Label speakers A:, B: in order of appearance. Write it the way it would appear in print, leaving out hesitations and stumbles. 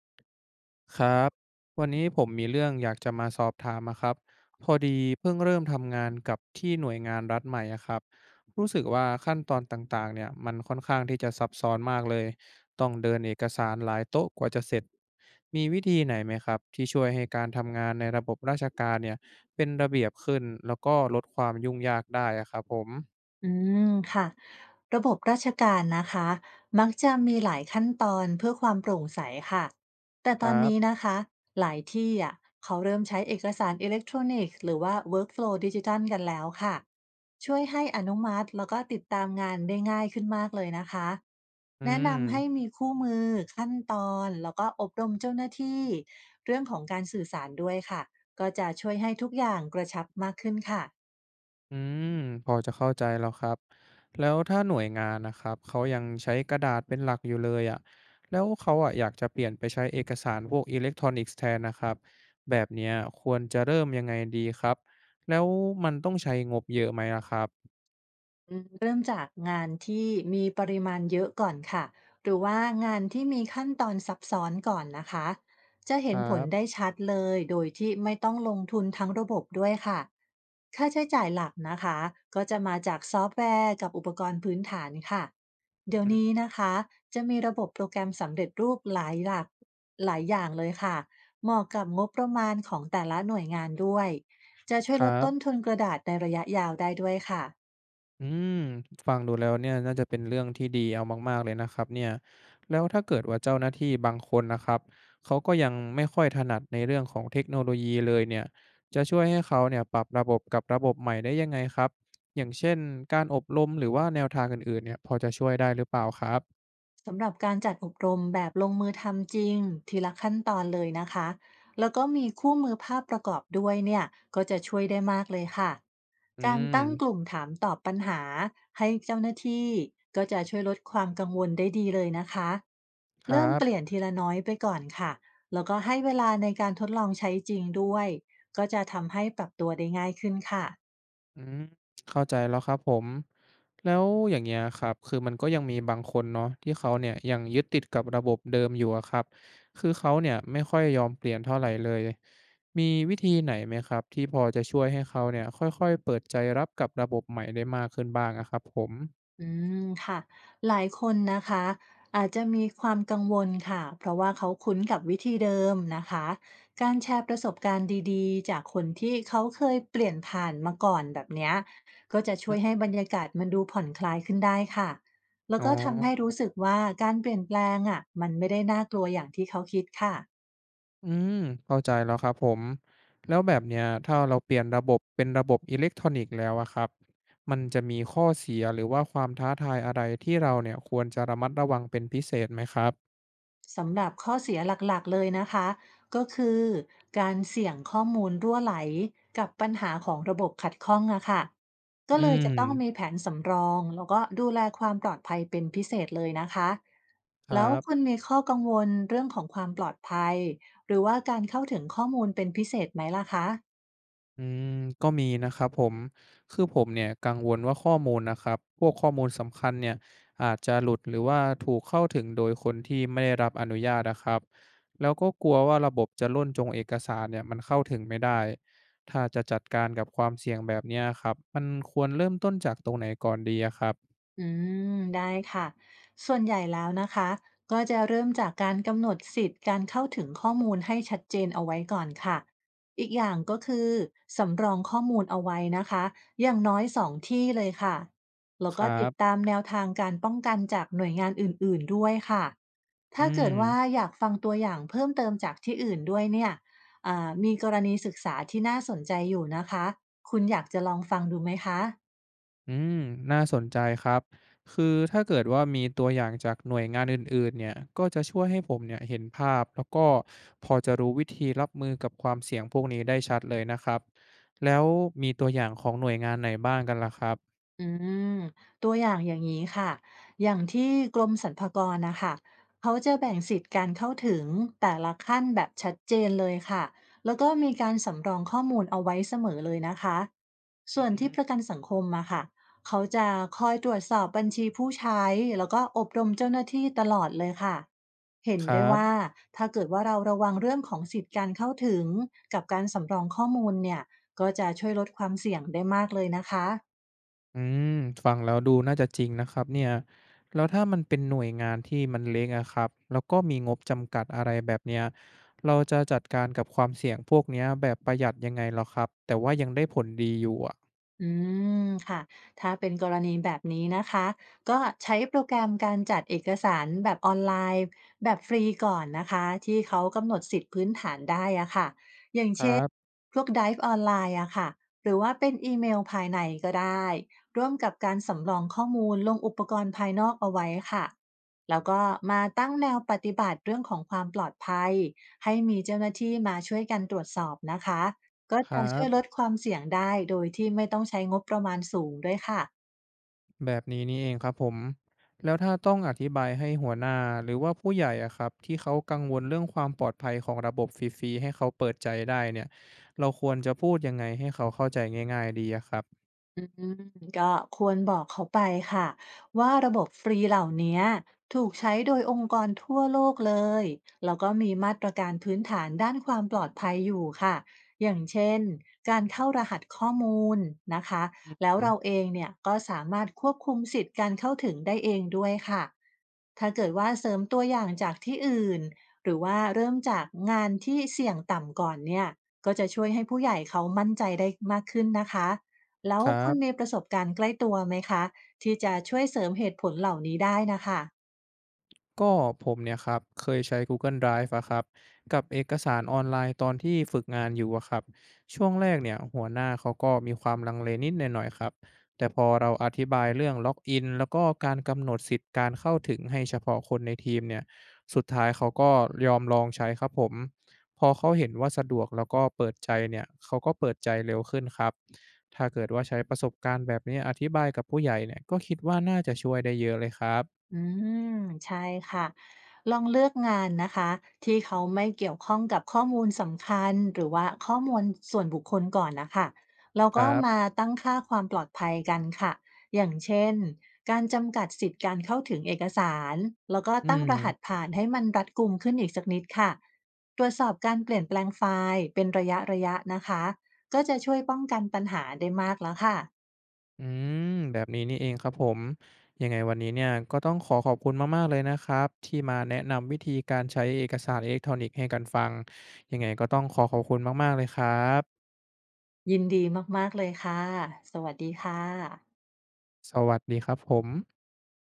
A: ครับวันนี้ผมมีเรื่องอยากจะมาสอบถามอะครับพอดีเพิ่งเริ่มทำงานกับที่หน่วยงานรัฐใหม่อะครับรู้สึกว่าขั้นตอนต่างๆเนี่ยมันค่อนข้างที่จะซับซ้อนมากเลยต้องเดินเอกสารหลายโต๊ะกว่าจะเสร็จมีวิธีไหนไหมครับที่ช่วยให้การทำงานในระบบราชการเนี่ยเป็นระเบียบขึ้นแล้วก็ลดความยุ่งยากได้อะครับผม
B: อืมค่ะระบบราชการนะคะมักจะมีหลายขั้นตอนเพื่อความโปร่งใสค่ะแต่
A: ค
B: ตอน
A: รับ
B: นี้นะคะหลายที่อ่ะเขาเริ่มใช้เอกสารอิเล็กทรอนิกส์หรือว่า Workflow ดิจิทัลกันแล้วค่ะช่วยให้อนุมัติแล้วก็ติดตามงานได้ง่ายขึ้นมากเลยนะคะ
A: อื
B: แนะ
A: ม
B: นำให้มีคู่มือขั้นตอนแล้วก็อบรมเจ้าหน้าที่เรื่องของการสื่อสารด้วยค่ะก็จะช่วยให้ทุกอย่างกระชับมากขึ้นค่ะ
A: อืมพอจะเข้าใจแล้วครับแล้วถ้าหน่วยงานนะครับเขายังใช้กระดาษเป็นหลักอยู่เลยอ่ะแล้วเขาอ่ะอยากจะเปลี่ยนไปใช้เอกสารพวกอิเล็กทรอนิกส์แทนนะครับแบบเนี้ยควรจะเริ่มยังไงดีครับแล้วมันต้องใช้งบเยอะไหมล่ะครับ
B: เริ่มจากงานที่มีปริมาณเยอะก่อนค่ะ หรือว่างานที่มีขั้นตอนซับซ้อนก่อนนะคะ จะ
A: ค
B: เห็น
A: รั
B: ผล
A: บ
B: ได้ชัดเลยโดยที่ไม่ต้องลงทุนทั้งระบบด้วยค่ะค่าใช้จ่ายหลักนะคะ ก็จะมาจากซอฟต์แวร์กับอุปกรณ์พื้นฐานค่ะ เดี๋ยว
A: อืม
B: นี้นะคะ จะมีระบบโปรแกรมสำเร็จรูปหลายหลักหลายอย่างเลยค่ะเหมาะกับงบประมาณของแต่ละหน่วยงานด้วย จะช่วย
A: ค
B: ล
A: รั
B: ดต้น
A: บ
B: ทุนกระดาษในระยะยาวได้ด้วยค่ะ
A: อืมฟังดูแล้วเนี่ยน่าจะเป็นเรื่องที่ดีเอามากๆเลยนะครับเนี่ยแล้วถ้าเกิดว่าเจ้าหน้าที่บางคนนะครับเขาก็ยังไม่ค่อยถนัดในเรื่องของเทคโนโลยีเลยเนี่ยจะช่วยให้เขาเนี่ยปรับระบบกับระบบใหม่ได้ยังไงครับอย่างเช่นการอบรมหรือว่าแนวทางอื่นๆเนี่ยพอจะช่วยได้หรือเปล่าครับ
B: สำหรับการจัดอบรมแบบลงมือทำจริงทีละขั้นตอนเลยนะคะแล้วก็มีคู่มือภาพประกอบด้วยเนี่ยก็จะช่วยได้มากเลยค่ะ
A: อื
B: การตั้งก
A: ม
B: ลุ่มถามตอบปัญหาให้เจ้าหน้าที่ก็จะช่วยลดความกังวลได้ดีเลยนะคะ
A: ครั
B: เริ่มเปลี่ย
A: บ
B: นทีละน้อยไปก่อนค่ะแล้วก็ให้เวลาในการทดลองใช้จริงด้วยก็จะ
A: อืมเข้าใจแล้วครับผมแล้วอย่างเงี้ยครับคือมันก็ยังมีบางคนเนาะที่เขาเนี่ยยังยึดติดกับระบบเดิมอยู่อะครับคือเขาเนี่ยไม่ค่อยยอมเปลี่ยนเท่าไหรเลยมีวิธีไหนไหมครับที่พอจะช่วยให้เขาเนี่ยค่อยๆเปิดใจรับกับระบบใหม่ได้มากขึ้นบ้างอะครับผม
B: อืค่ะหลายคนนะคะอาจจะมีความกังวลค่ะเพราะว่าเขาคุ้นกับวิธีเดิมนะคะการแชร์ประสบการณ์ดีๆจากคนที่เขาเคยเปลี่ยนผ่านมาก่อนแบบเนี้ยก็จะช่
A: อื
B: วยให้
A: อ
B: บรรยากาศมันดูผ่อนคลายขึ้นได้ค่ะแล้ว
A: อ๋
B: ก็ทำให้
A: อ
B: รู้สึกว่าการเปลี่ยนแปลงอ่ะมันไม่ได้น่ากลัวอย่างที่เขาคิดค่ะ
A: อืมเข้าใจแล้วครับผมแล้วแบบเนี้ยถ้าเราเปลี่ยนระบบเป็นระบบอิเล็กทรอนิกส์แล้วอะครับมันจะมีข้อเสียหรือว่าความท้าทายอะไรที่เราเนี่ยควรจะระมัดระวังเป็นพิเศษไหมครับ
B: สำหรับข้อเสียหลักๆเลยนะคะก็คือการเสี่ยงข้อมูลรั่วไหลกับปัญหาของระบบขัดข้องอะค่ะก็
A: อื
B: เลยจะต้องมี
A: ม
B: แผนสำรองแล้วก็ดูแลความปลอดภัยเป็นพิเศษเลยนะคะ
A: ค
B: แล้
A: รั
B: วคุณ
A: บ
B: มีข้อกังวลเรื่องของความปลอดภัยหรือว่าการเข้าถึงข้อมูลเป็นพิเศษไหมล่ะคะ
A: อืมก็มีนะครับผมคือผมเนี่ยกังวลว่าข้อมูลนะครับพวกข้อมูลสำคัญเนี่ยอาจจะหลุดหรือว่าถูกเข้าถึงโดยคนที่ไม่ได้รับอนุญาตนะครับแล้วก็กลัวว่าระบบจะล่นจงเอกสารเนี่ยมันเข้าถึงไม่ได้ถ้าจะจัดการกับความเสี่ยงแบบเนี้ยครับมันควรเริ่มต้นจากตรงไหนก่อนดีอะครับ
B: อืได้ค่ะส่วนใหญ่แล้วนะคะก็จะเริ่มจากการกำหนดสิทธิ์การเข้าถึงข้อมูลให้ชัดเจนเอาไว้ก่อนค่ะอีกอย่างก็คือสำรองข้อมูลเอาไว้นะคะอย่างน้อย2 ที่เลยค่ะแล้ว
A: ค
B: ก็
A: รั
B: ติด
A: บ
B: ตามแนวทางการป้องกันจากหน่วยงานอื่นๆด้วยค่ะ
A: อื
B: ถ้าเกิ
A: ม
B: ดว่าอยากฟังตัวอย่างเพิ่มเติมจากที่อื่นด้วยเนี่ยมีกรณีศึกษาที่น่าสนใจอยู่นะคะคุณอยากจะลองฟังดูไหมคะ
A: อืมน่าสนใจครับคือถ้าเกิดว่ามีตัวอย่างจากหน่วยงานอื่นๆเนี่ยก็จะช่วยให้ผมเนี่ยเห็นภาพแล้วก็พอจะรู้วิธีรับมือกับความเสี่ยงพวกนี้ได้ชัดเลยนะครับแล้วมีตัวอย่างของหน่วยงานไหนบ้างกันล่ะครับ
B: อืมตัวอย่างอย่างนี้ค่ะ อย่างที่กรมสรรพากรนะคะ เขาจะแบ่งสิทธิ์การเข้าถึงแต่ละขั้นแบบชัดเจนเลยค่ะ แล้วก็มีการสำรองข้อมูลเอาไว้เสมอเลยนะคะ
A: อื
B: ส่วน
A: ม
B: ที่ประกันสังคมมาค่ะเขาจะคอยตรวจสอบบัญชีผู้ใช้แล้วก็อบรมเจ้าหน้าที่ตลอดเลยค่ะ เห็น
A: ครั
B: ได้ว่า
A: บ
B: ถ้าเกิดว่าเราระวังเรื่องของสิทธิ์การเข้าถึงกับการสำรองข้อมูลเนี่ยก็จะช่วยลดความเสี่ยงได้มากเลยนะคะ
A: อืมฟังแล้วดูน่าจะจริงนะครับเนี่ยแล้วถ้ามันเป็นหน่วยงานที่มันเล็กอะครับแล้วก็มีงบจำกัดอะไรแบบเนี้ยเราจะจัดการกับความเสี่ยงพวกเนี้ยแบบประหยัดยังไงเหรอครับแต่ว่ายังได้ผลดีอยู่อะ
B: อืมค่ะถ้าเป็นกรณีแบบนี้นะคะก็ใช้โปรแกรมการจัดเอกสารแบบออนไลน์แบบฟรีก่อนนะคะที่เขากำหนดสิทธิพื้นฐานได้อะค่ะ
A: ครับ
B: พวก Dive ออนไลน์อะค่ะ หรือว่าเป็นอีเมลภายในก็ได้ ร่วมกับการสำรองข้อมูลลงอุปกรณ์ภายนอกเอาไว้ค่ะ แล้วก็มาตั้งแนวปฏิบัติเรื่องของความปลอดภัยให้มีเจ้าหน้าที่มาช่วยกันตรวจสอบนะคะ ก็
A: ค
B: จะ
A: รั
B: ช่วยล
A: บ
B: ดความเสี่ยงได้โดยที่ไม่ต้องใช้งบประมาณสูงด้วยค่ะ
A: แบบนี้นี่เองครับผมแล้วถ้าต้องอธิบายให้หัวหน้าหรือว่าผู้ใหญ่อะครับที่เขากังวลเรื่องความปลอดภัยของระบบฟรีๆให้เขาเปิดใจได้เนี่ยเราควรจะพูดยังไงให้เขาเข้าใจง่ายๆดีอะครับ
B: อืมก็ควรบอกเขาไปค่ะว่าระบบฟรีเหล่านี้ถูกใช้โดยองค์กรทั่วโลกเลยแล้วก็มีมาตรการพื้นฐานด้านความปลอดภัยอยู่ค่ะอย่างเช่นการเข้ารหัสข้อมูลนะคะ
A: อ
B: แล้ว
A: ืม
B: เราเองเนี่ยก็สามารถควบคุมสิทธิ์การเข้าถึงได้เองด้วยค่ะถ้าเกิดว่าเสริมตัวอย่างจากที่อื่นหรือว่าเริ่มจากงานที่เสี่ยงต่ำก่อนเนี่ยก็จะช่วยให้ผู้ใหญ่เขามั่นใจได้มากขึ้นนะคะ แล้ว
A: ครั
B: คุณมี
A: บ
B: ประสบการณ์ใกล้ตัวไหมคะที่จะช่วยเสริมเหตุผลเหล่านี้ได้นะคะ
A: ก็ผมเนี่ยครับเคยใช้ Google Drive อะครับกับเอกสารออนไลน์ตอนที่ฝึกงานอยู่อะครับช่วงแรกเนี่ยหัวหน้าเขาก็มีความลังเลนิดหน่อยๆครับแต่พอเราอธิบายเรื่องล็อกอินแล้วก็การกำหนดสิทธิ์การเข้าถึงให้เฉพาะคนในทีมเนี่ยสุดท้ายเขาก็ยอมลองใช้ครับผมพอเขาเห็นว่าสะดวกแล้วก็เปิดใจเนี่ยเขาก็เปิดใจเร็วขึ้นครับถ้าเกิดว่าใช้ประสบการณ์แบบนี้อธิบายกับผู้ใหญ่เนี่ยก็คิดว่าน่าจะช่วยได้เยอะเลยครับ
B: อืมใช่ค่ะลองเลือกงานนะคะที่เขาไม่เกี่ยวข้องกับข้อมูลสำคัญหรือว่าข้อมูลส่วนบุคคลก่อนนะคะแล้ว
A: ค
B: ก็
A: รั
B: มา
A: บ
B: ตั้งค่าความปลอดภัยกันค่ะอย่างเช่นการจำกัดสิทธิ์การเข้าถึงเอกสารแล้วก็
A: อื
B: ตั้งรหั
A: ม
B: สผ่านให้มันรัดกุมขึ้นอีกสักนิดค่ะตรวจสอบการเปลี่ยนแปลงไฟล์เป็นระยะระยะนะคะก็จะช่วยป้องกันปัญหาได้มากแล้วค่ะ
A: อืมแบบนี้นี่เองครับผมยังไงวันนี้เนี่ยก็ต้องขอขอบคุณมากๆเลยนะครับที่มาแนะนำวิธีการใช้เอกสารอิเล็กทรอนิกส์ให้กันฟังยังไงก็ต้องขอขอบคุณมากๆเลยครับ
B: ยินดีมากๆเลยค่ะสวัสดีค่ะ
A: สวัสดีครับผม